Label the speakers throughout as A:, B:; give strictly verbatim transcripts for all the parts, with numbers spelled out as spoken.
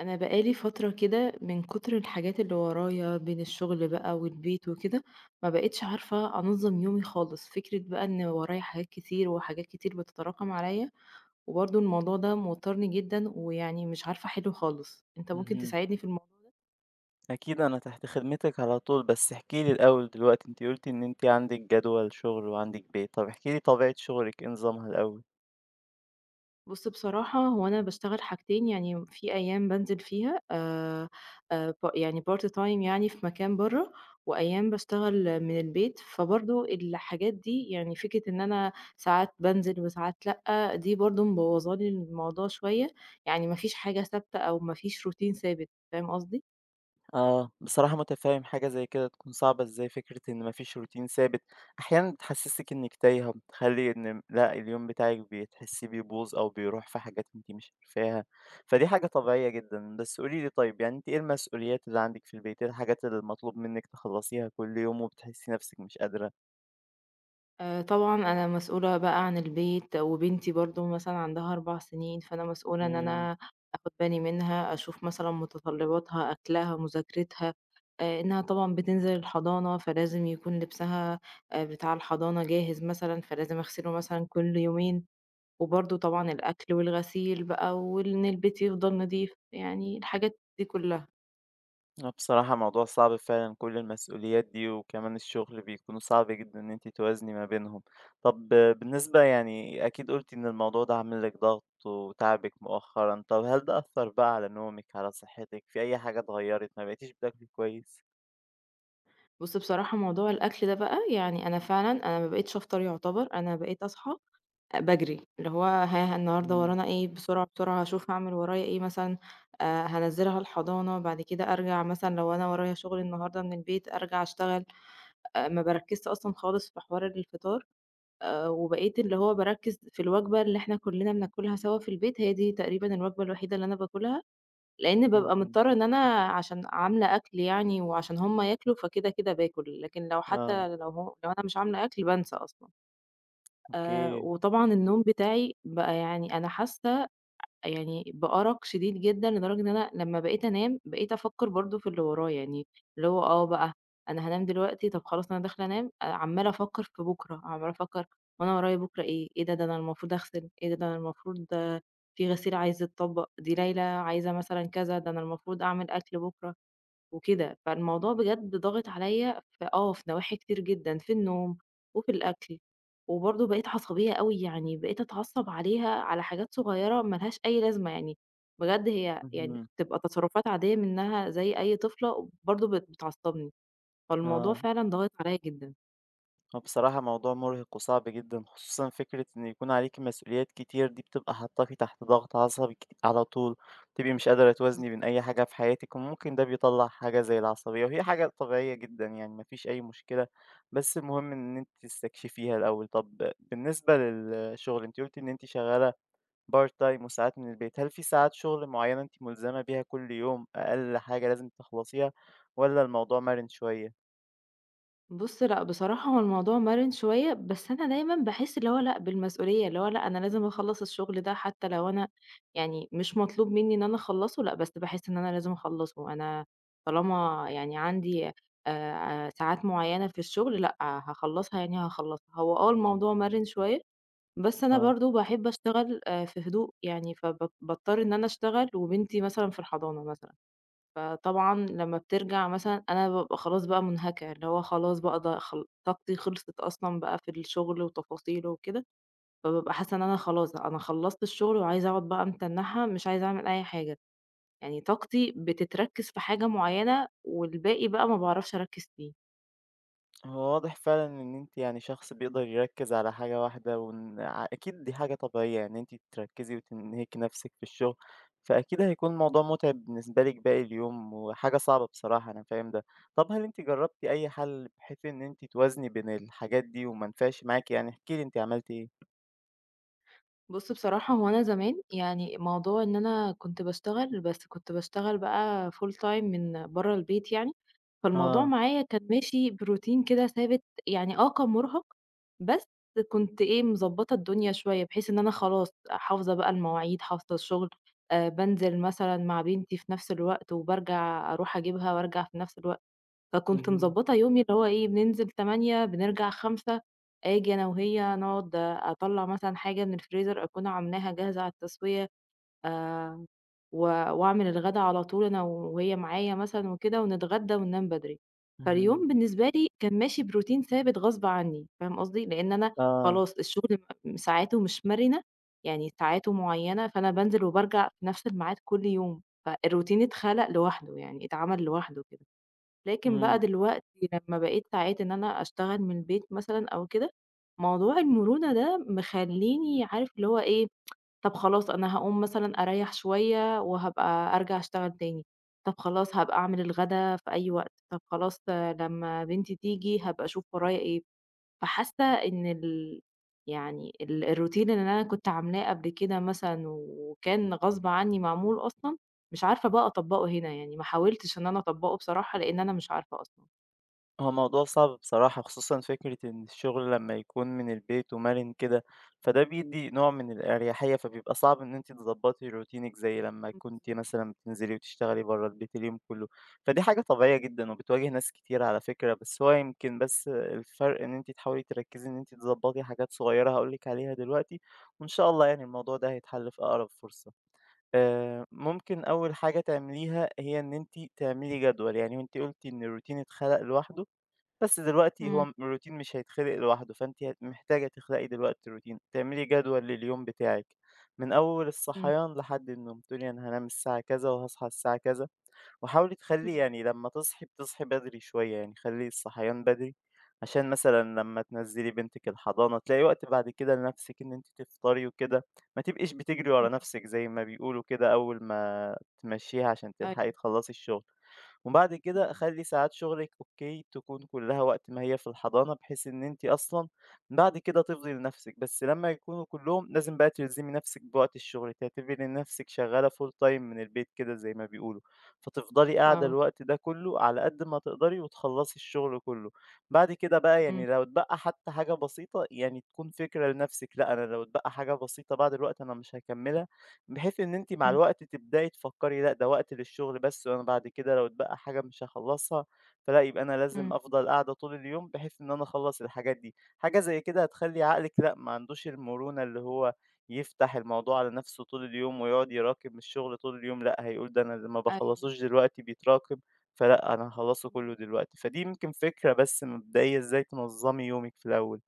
A: انا بقالي فتره كده من كتر الحاجات اللي ورايا بين الشغل بقى والبيت وكده. ما بقتش عارفه انظم يومي خالص، فكره بقى ان ورايا حاجات كتير وحاجات كتير بتتراكم عليا. وبرضه الموضوع ده موترني جدا، ويعني مش عارفه احله خالص. انت ممكن
B: اهم.
A: تساعدني في الموضوع ده؟
B: أكيد أنا تحت خدمتِك على طول، بس احكِ لي الأول دلوقتي، أنتِ قُلتِ إن أنتِ عندِك جدول شغل وعندِك بيت، طب احكِ لي طبيعة شغلِك إيه نظامها الأول؟
A: بُص، بصراحة هو أنا باشتغل حاجتين، يعني في أيام بانزل فيها آآ آآ ب يعني part time يعني في مكان برّه، وأيام باشتغل من البيت، فبرضه الحاجات دي، يعني فكرة إن أنا ساعات بانزل وساعات لأ، دي برضه مبوظة لي الموضوع شوية، يعني ما فيش حاجة ثابتة أو ما فيش روتين ثابت، فاهم قصدي؟
B: آه، بصراحة مُتفهِّم حاجة زي كده تكون صعبة إزاي، فكرة إن ما فيش روتين ثابت أحيانًا بتحسّسِك إنِّك تايهة، بتخلّي إن لأ اليوم بتاعِك بتحسّيه بيبوظ أو بيروح في حاجات أنتِ مش عارفاها، فدي حاجة طبيعية جدًا. بس قولي لي طيب يعني أنتِ إيه المسؤوليات اللي عندِك في البيت، إيه الحاجات اللي المطلوب منِّك تخلّصيها كل يوم وبتحسّي نَفْسِك مش قادرة؟
A: آآ طبعًا أنا مسؤولة بقى عن البيت، وبنتي برضه مثلًا عندها 4 سنين، فأنا مسؤولة إن
B: إمم.
A: أنا آخُد بالي منها، أشوف مثلًا متطلّباتها، أكلها، مذاكرتها، آآ إنها طبعًا بتنزل الحضانة، فلازم يكون لبسها آآ بتاع الحضانة جاهز مثلًا، فلازم أغسله مثلًا كل يومين، وبرضه طبعًا الأكل والغسيل بقى، وإن البيت يفضل نضيف، يعني الحاجات دي كُلّها.
B: آه، بصراحة موضوع صعب فعلًا كل المسؤوليات دي، وكمان الشغل بيكونوا صعب جدًا إن أنتِ توازني ما بينهم. طب آه، بالنسبة يعني أكيد قُلتِ إن الموضوع ده عامل لِك ضغط وتاعبِك مؤخرًا، طب هل ده أثّر بقى على نومِك، على صحتِك، في أي حاجة اتغيّرت، ما بقيتيش بتاكلي كويس؟
A: بُص، بصراحة موضوع الأكل ده بقى، يعني أنا فعلًا أنا ما بقيتش أفطر يُعتبر، أنا بقيت أصحى أ باجري، اللي هو ها النهارده
B: إمم،
A: ورانا إيه، بسرعة بسرعة هاشوف هاعمل ورايا إيه مثلًا، آآ هانزّلها الحضانة، بعد كده أرجع مثلًا، لو أنا ورايا شغل النهارده من البيت أرجع أشتغل، آآ ما باركّزش أصلًا خالص في حوار الفطار، آآ وبقيت اللي هو باركّز في الوجبة اللي إحنا كلّنا بناكلها سوا في البيت، هي دي تقريبًا الوجبة الوحيدة اللي أنا باكلها، لإن بابقى
B: اهم،
A: مضطرة إن أنا عشان عاملة أكل يعني، وعشان هُم ياكلوا، فكده، كده باكل، لكن لو
B: آه،
A: حتى لو هو لو أنا مش عاملة أكل بانسى أصلًا. آآ
B: أوكي،
A: وطبعًا النوم بتاعي بقى يعني أنا حاسة يعني بأرق شديد جدًا، لدرجة إن أنا لمّا بقيت أنام بقيت أفكّر برضه في اللي ورايا، يعني اللي هو آه بقى أنا هانام دلوقتي، طب خلاص أنا داخلة أنام، آآ عمّالة أفكّر في بُكرة، عمّالة أفكّر هو أنا ورايا بُكرة إيه؟ إيه ده، ده أنا المفروض أغسل، إيه ده، ده أنا المفروض آه، في غسيل عايز يتطبّق، دي ليلى عايزة مثلًا كذا، ده أنا المفروض أعمل أكل بُكرة. وكده، فالموضوع بجد ضاغط عليَّ في آه، في نواحي كتير جدًا، في النوم وفي الأكل، وبرضه بقيت عصبية أوي، يعني بقيت أتعصب عليها على حاجات صغيرة ما لهاش أي لازمة يعني، بجد هي يعني
B: اهم،
A: بتبقى تصرفات عادية منها زي أي طفلة، برضه بت بتعصبني، فالموضوع
B: آه.
A: فعلًا ضاغط عليَّ جدًا.
B: هو بصراحة موضوع مرهق وصعب جدا خصوصا فكرة إن يكون عليكي مسؤوليات كتير دي بتبقى حاطاكي تحت ضغط عصبي كت- على طول تبقي مش قادرة توازني بين أي حاجة في حياتك وممكن ده بيطلع حاجة زي العصبية وهي حاجة طبيعية جدا يعني مفيش أي مشكلة بس المهم إن أنت تستكشفيها الأول. طب بالنسبة للشغل أنت قلتي إن أنت شغالة بارت تايم وساعات من البيت، هل في ساعات شغل معينة أنت ملزمة بيها كل يوم أقل حاجة لازم تخلصيها ولا الموضوع مرن شوية؟
A: بُص لأ، بصراحة هو الموضوع مَرِن شوية، بس أنا دايمًا باحس اللي هو لأ، بالمسؤولية، اللي هو لأ، أنا لازم أخلّص الشغل ده، حتى لو أنا يعني مش مطلوب منّي إن أنا أخلّصه، لأ، بس باحس إن أنا لازم أخلّصه، أنا طالما يعني عندي آآ ساعات معيّنة في الشغل لأ، هاخلّصها يعني هاخلّصها. هو آه، الموضوع مَرِن شوية، بس أنا
B: اه.
A: برضه باحب أشتغل آآ في هدوء يعني، فب باضطر إن أنا أشتغل وبنتي مثلًا في الحضانة مثلًا. فطبعًا لمّا بترجع مثلًا أنا بابقى خلاص بقى منهكة، اللي هو خلاص بقى ض خل طاقتي خلصت أصلًا بقى في الشغل وتفاصيله وكده، فبابقى حاسة إن أنا خلاص أنا خلّصت الشغل وعايزة أقعد بقى متنحة، مش عايزة أعمل أي حاجة، يعني طاقتي بتتركِّز في حاجة معيّنة والباقي بقى ما باعرفش أركِّز فيه.
B: هو واضح فعلًا إن أنتِ يعني شخص بيقدر يركّز على حاجة واحدة، وإن ع أكيد دي حاجة طبيعية يعني إن أنتِ تركّزي وتنهكي نفسِك في الشغل، فأكيد هيكون الموضوع متعب بالنسبة لِك باقي اليوم، وحاجة صعبة بصراحة أنا فاهم ده. طب هل أنتِ جرّبتِ أي حل بحيث إن أنتِ توازني بين الحاجات دي وما نفعش معاكِ يعني؟ احكي لي أنتِ عملتِ إيه؟
A: بُص، بصراحة هو أنا زمان يعني موضوع إن أنا كنت باشتغل، بس كنت باشتغل بقى full time من برّه البيت يعني، فالموضوع
B: آه،
A: معايا كان ماشي بروتين كده ثابت، يعني آه كان مرهق، بس كنت إيه مضبّطة الدنيا شوية، بحيث إن أنا خلاص حافظة بقى المواعيد، حافظة الشغل، آآ بانزل مثلًا مع بنتي في نفس الوقت، وبارجع أروح أجيبها وأرجع في نفس الوقت. فكنت
B: اهم،
A: مضبّطة يومي اللي هو إيه، بننزل تمانية بنرجع خمسة آجي أنا وهي نقعد، أطلّع مثلًا حاجة من الفريزر أكون عاملاها جاهزة على التسوية، آآ و وأعمل الغدا على طول أنا وهي معايا مثلًا وكده، ونتغدى وننام بدري.
B: اهم،
A: فاليوم بالنسبة لي كان ماشي بروتين ثابت غصب عنّي، فاهم قصدي؟ لإن أنا
B: آه،
A: خلاص الشغل م ساعاته مش مرنة، يعني ساعاته معيّنة، فأنا بانزل وبارجع في نفس الميعاد كل يوم، فالروتين اتخلق لوحده، يعني اتعمل لوحده كده. لكن بقى
B: إمم.
A: دلوقتي لمّا بقيت ساعات إن أنا أشتغل من البيت مثلًا أو كده، موضوع المرونة ده مخلّيني عارف اللي هو إيه، طب خلاص أنا هاقوم مثلًا أريّح شوية وهابقى أرجع أشتغل تاني، طب خلاص هابقى أعمل الغدا في أي وقت، طب خلاص آه، لمّا بنتي تيجي هابقى أشوف ورايا إيه. فحاسة إن ال يعني ال الروتين اللي أنا كنت عاملاه قبل كده مثلًا وكان غصب عني معمول أصلًا، مش عارفة بقى أطبّقه هنا، يعني ما حاولتش إن أنا أطبّقه بصراحة لإن أنا مش عارفة أصلًا.
B: هو موضوع صعب بصراحة، خصوصًا فكرة إن الشغل لمّا يكون من البيت ومَرِن كده، فده بيدّي نوع من الأريحية، فبيبقى صعب إن أنتِ تضبّطي روتينِك زي لمّا كنتِ
A: بالضبط.
B: مثلًا بتنزلي وتشتغلي برّه البيت اليوم كلّه، فدي حاجة طبيعية جدًا وبتواجه ناس كتير على فكرة، بس هو يمكن بس الفرق إن أنتِ تحاولي تركّزي إن أنتِ تضبّطي حاجات صغيّرة هاقول لِك عليها دلوقتي وإن شاء الله يعني الموضوع ده هيتحل في أقرب فرصة. آآ ممكن أول حاجة تعمليها هي إن أنتِ تعملي جدول، يعني وأنتِ قُلتِ إن الروتين اتخلق لوحده، بس دلوقتي هو
A: إمم،
B: م الروتين مش هيتخلق لوحده، فأنتِ هت محتاجة تخلقي دلوقتي روتين، تعملي جدول لليوم بتاعِك، من أول
A: إمم،
B: الصحيان لحد النوم، تقولي أنا هانام الساعة كذا وهاصحى الساعة كذا، وحاولي تخلّي
A: إمم،
B: يعني لمّا تصحي بتصحي بدري شوية، يعني خلّي الصحيان بدري، عشان مثلًا لمّا تنزّلي بنتِك الحضانة تلاقي وقت بعد كده لنفسِك إن أنتِ تفطري وكده، ما تبقيش بتجري ورا
A: إمم،
B: نفسِك زي ما بيقولوا كده أول ما تمشّيها عشان تلحقي
A: أيوه،
B: تخلّصي الشغل. وبعد كده
A: إمم،
B: خلّي ساعات شغلِك أوكي تكون كلّها وقت ما هي في الحضانة، بحيث إن أنتِ أصلًا بعد كده تفضي لنفسِك، بس لمّا يكونوا كلّهم لازم بقى تلزمي نفسِك بوقت الشغل، تعتبري ان نفسِك شغّالة full time من البيت كده زي ما بيقولوا، فتفضلي قاعدة
A: آه.
B: الوقت ده كلّه على قد ما تقدري وتخلّصي الشغل كلّه. بعد كده بقى
A: إمم،
B: يعني لو اتبقى حتى حاجة بسيطة، يعني تكون فكرة لنفسِك لأ أنا لو اتبقى حاجة بسيطة بعد الوقت أنا مش هاكمّلها، بحيث إن أنتِ مع
A: إمم،
B: الوقت تبدئي تفكّري لأ، ده وقت للشغل بس وأنا بعد كده لو اتبقى حاجة مش هاخلّصها، فلأ يبقى أنا لازم
A: إمم،
B: أفضل قاعدة طول اليوم بحيث إن أنا أخلّص الحاجات دي. حاجة زي كده هتخلّي عقلِك لأ، ما عندوش المرونة اللي هو يفتح الموضوع على نَفْسه طول اليوم ويقعد يراكم الشغل طول اليوم، لأ، هيقول ده أنا اللي ما
A: أيوه،
B: باخلّصوش دلوقتي بيتراكم، فلأ، أنا هاخلّصه
A: إمم.
B: كُلّه دلوقتي. فدي يمكن فكرة بس مبدئية إزاي تنظّمي يومِك في الأول.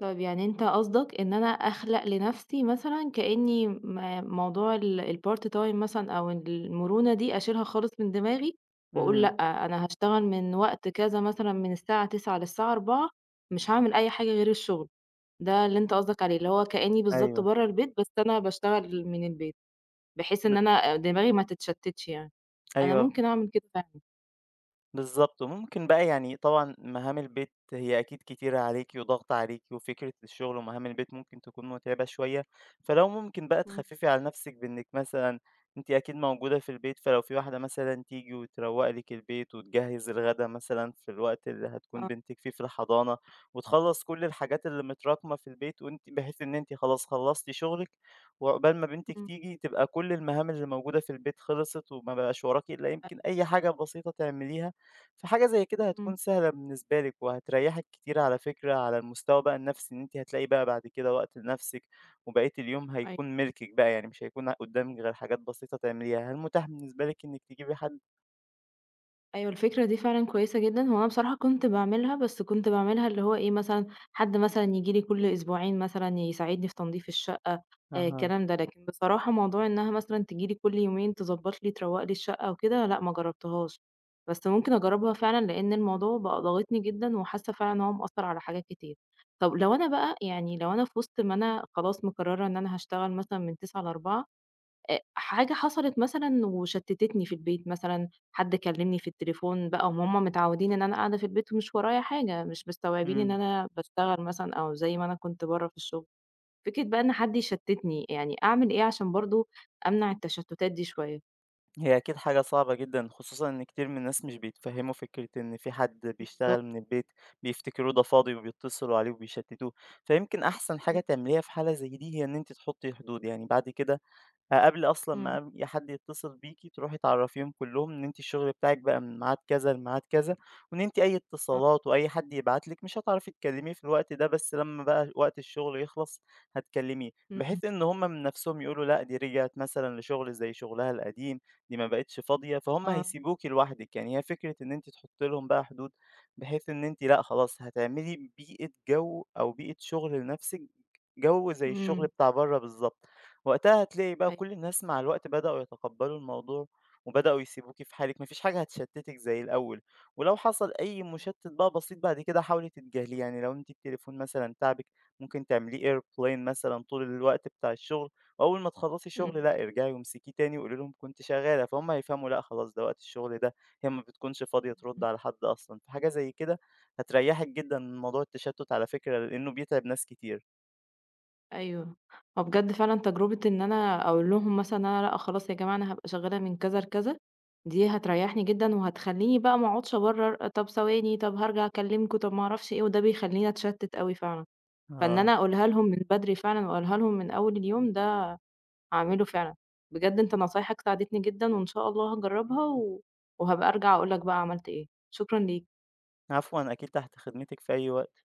A: طيب يعني أنت قصدك إن أنا أخلق لنفسي مثلًا كإني م موضوع ال الpart time مثلًا أو المرونة دي أشيلها خالص من دماغي، وأقول
B: إمم.
A: لأ، أنا هاشتغل من وقت كذا مثلًا من الساعة تسعة للساعة أربعة مش هاعمل أي حاجة غير الشغل، ده اللي أنت قصدك عليه، اللي هو كإني بالضبط
B: أيوه.
A: برّه البيت بس أنا باشتغل من البيت، بحيث
B: ب
A: إن أنا دماغي ما تتشتتش يعني، أنا
B: أيوه.
A: ممكن أعمل كده فعلًا،
B: بالضبط، وممكن بقى يعني طبعًا مهام البيت هي أكيد كتيرة عليكِ وضغط عليكِ، وفكرة الشغل ومهام البيت ممكن تكون متعبة شوية، فلو ممكن بقى
A: إمم،
B: تخففي على نفسِك بإنِّك مثلًا أنتِ أكيد موجودة في البيت، فلو في واحدة مثلًا تيجي وتروّق لِك البيت وتجهّز الغدا مثلًا في الوقت اللي هتكون
A: آه،
B: بنتِك فيه في الحضانة، وتخلّص كل الحاجات اللي متراكمة في البيت، وأنتِ بحيث إن أنتِ خلاص خلّصتِ شغلِك، وعقبال ما بنتِك
A: إمم،
B: تيجي تبقى كل المهام اللي موجودة في البيت خلصت، وما بقاش وراكِ إلا يمكن
A: أيوه،
B: أي حاجة بسيطة تعمليها. فحاجة زي كده
A: إمم،
B: هتكون سهلة بالنسبة لِك، وهتريحِك كتير على فكرة على المستوى بقى النفسي، إن أنتِ هتلاقي بقى بعد كده وقت لنفسِك، وبقية اليوم هيكون
A: أيوه.
B: ملكِك بقى، يعني مش هيكون قدامِك غير حاجات بسيطة تعمليها. هل متاح بالنسبة لِك إنِك تجيبي حد؟
A: أيوه، الفكرة دي فعلًا كويسة جدًا، هو أنا بصراحة كنت باعملها، بس كنت باعملها اللي هو إيه مثلًا، حد مثلًا ييجي لي كل أسبوعين مثلًا يساعدني في تنضيف الشقة، آآ
B: أها،
A: الكلام ده، لكن بصراحة موضوع إنها مثلًا تيجي لي كل يومين تضبّط لي تروّق لي الشقة وكده، لأ ما جرّبتهاش، بس ممكن أجرّبها فعلًا لإن الموضوع بقى ضاغطني جدًا وحاسة فعلًا إن هو مأثّر على حاجات كتير. طب لو أنا بقى يعني لو أنا في وسط ما أنا خلاص مقرّرة إن أنا هاشتغل مثلًا من تسعة ل16:00 آآ حاجة حصلت مثلًا وشتتتني في البيت مثلًا، حد كلمني في التليفون بقى وهُم متعودين إن أنا قاعدة في البيت ومش ورايا حاجة، مش مستوعبين إن
B: إمم.
A: أنا باشتغل مثلًا، أو زي ما أنا كنت برّه في الشغل. فكرة بقى إن حد يشتتني، يعني أعمل إيه عشان برضه أمنع التشتتات دي شوية؟
B: هي أكيد حاجة صعبة جدًا، خصوصًا إن كتير من الناس مش بيتفهموا فكرة إن في حد بيشتغل
A: بالضبط.
B: من البيت، بيفتكروه ده فاضي وبيتصلوا عليه وبيشتتوه. فيمكن أحسن حاجة
A: إمم،
B: تعمليها في حالة زي دي هي إن أنتِ تحطي حدود، يعني بعد كده آآ قبل أصلًا
A: إمم،
B: ما ي حد يتصل بيكِ تروحي تعرّفيهم كلّهم إن أنتِ الشغل بتاعِك بقى من ميعاد كذا لميعاد كذا، وإن أنتِ أي
A: آه،
B: اتصالات وأي حد يبعت لِك مش هتعرفي تكلّميه في الوقت ده، بس لمّا بقى وقت الشغل يخلص هتكلّميه،
A: إمم،
B: بحيث إن هُم من نَفْسهم يقولوا لأ دي رجعت مثلًا لشغل زي شغلها القديم، دي ما بقِتش فاضية، فهُم
A: آه،
B: هيسيبوكِ لوحدِك، يعني هي فكرة إن أنتِ تحُطّي لهم بقى حدود، بحيث إن أنتِ لأ خلاص هتعملي بيئة جو أو بيئة شغل لنَفْسِك، جو زي الشغل
A: إمم،
B: بتاع برّه بالضبط. وقتها هتلاقي بقى
A: أيوه،
B: كل الناس مع الوقت بدأوا يتقبلوا الموضوع وبدأوا يسيبوكِ في حالِك، ما فيش حاجة هتشتتِك زي الأول، ولو حصل أي
A: أيوه،
B: مشتت بقى بسيط بعد كده حاولي تتجاهليه، يعني لو أنتِ التليفون مثلًا تاعبِك ممكن تعمليه airplane مثلًا طول الوقت بتاع الشغل، وأول ما تخلّصي شغل
A: إمم،
B: لأ، ارجعي وامسكيه تاني وقولي لهم كنتِ شغالة، فهُم هيفهموا لأ، خلاص ده وقت الشغل ده، هي ما بتكونش فاضية ترد
A: إمم.
B: على حد أصلًا، فحاجة زي كده هتريحِك جدًا من موضوع التشتت على فكرة، لإنه بيتعب ناس كتير.
A: أيوه. هو بجد فعلًا تجربة إن أنا أقول لهم مثلًا إن أنا لأ خلاص يا جماعة، أنا هابقى شغّالة من كذا لكذا، دي هتريّحني جدًا وهتخلّيني بقى ما أقعدش أبرّر، طب ثواني، طب هارجع أكلّمكم، طب ما أعرفش إيه، وده بيخلّيني أتشتِّت أوي فعلًا. فإن
B: آه.
A: أنا أقولها لهم من بدري فعلًا وأقولها لهم من أول اليوم ده هاعمله فعلًا. بجد أنت نصايحك ساعدتني جدًا، وإن شاء الله هاجرّبها و وهابقى أرجع أقول لك بقى عملت إيه. شكرًا ليك.
B: عفوًا، أكيد تحت خدمتِك في أي وقت.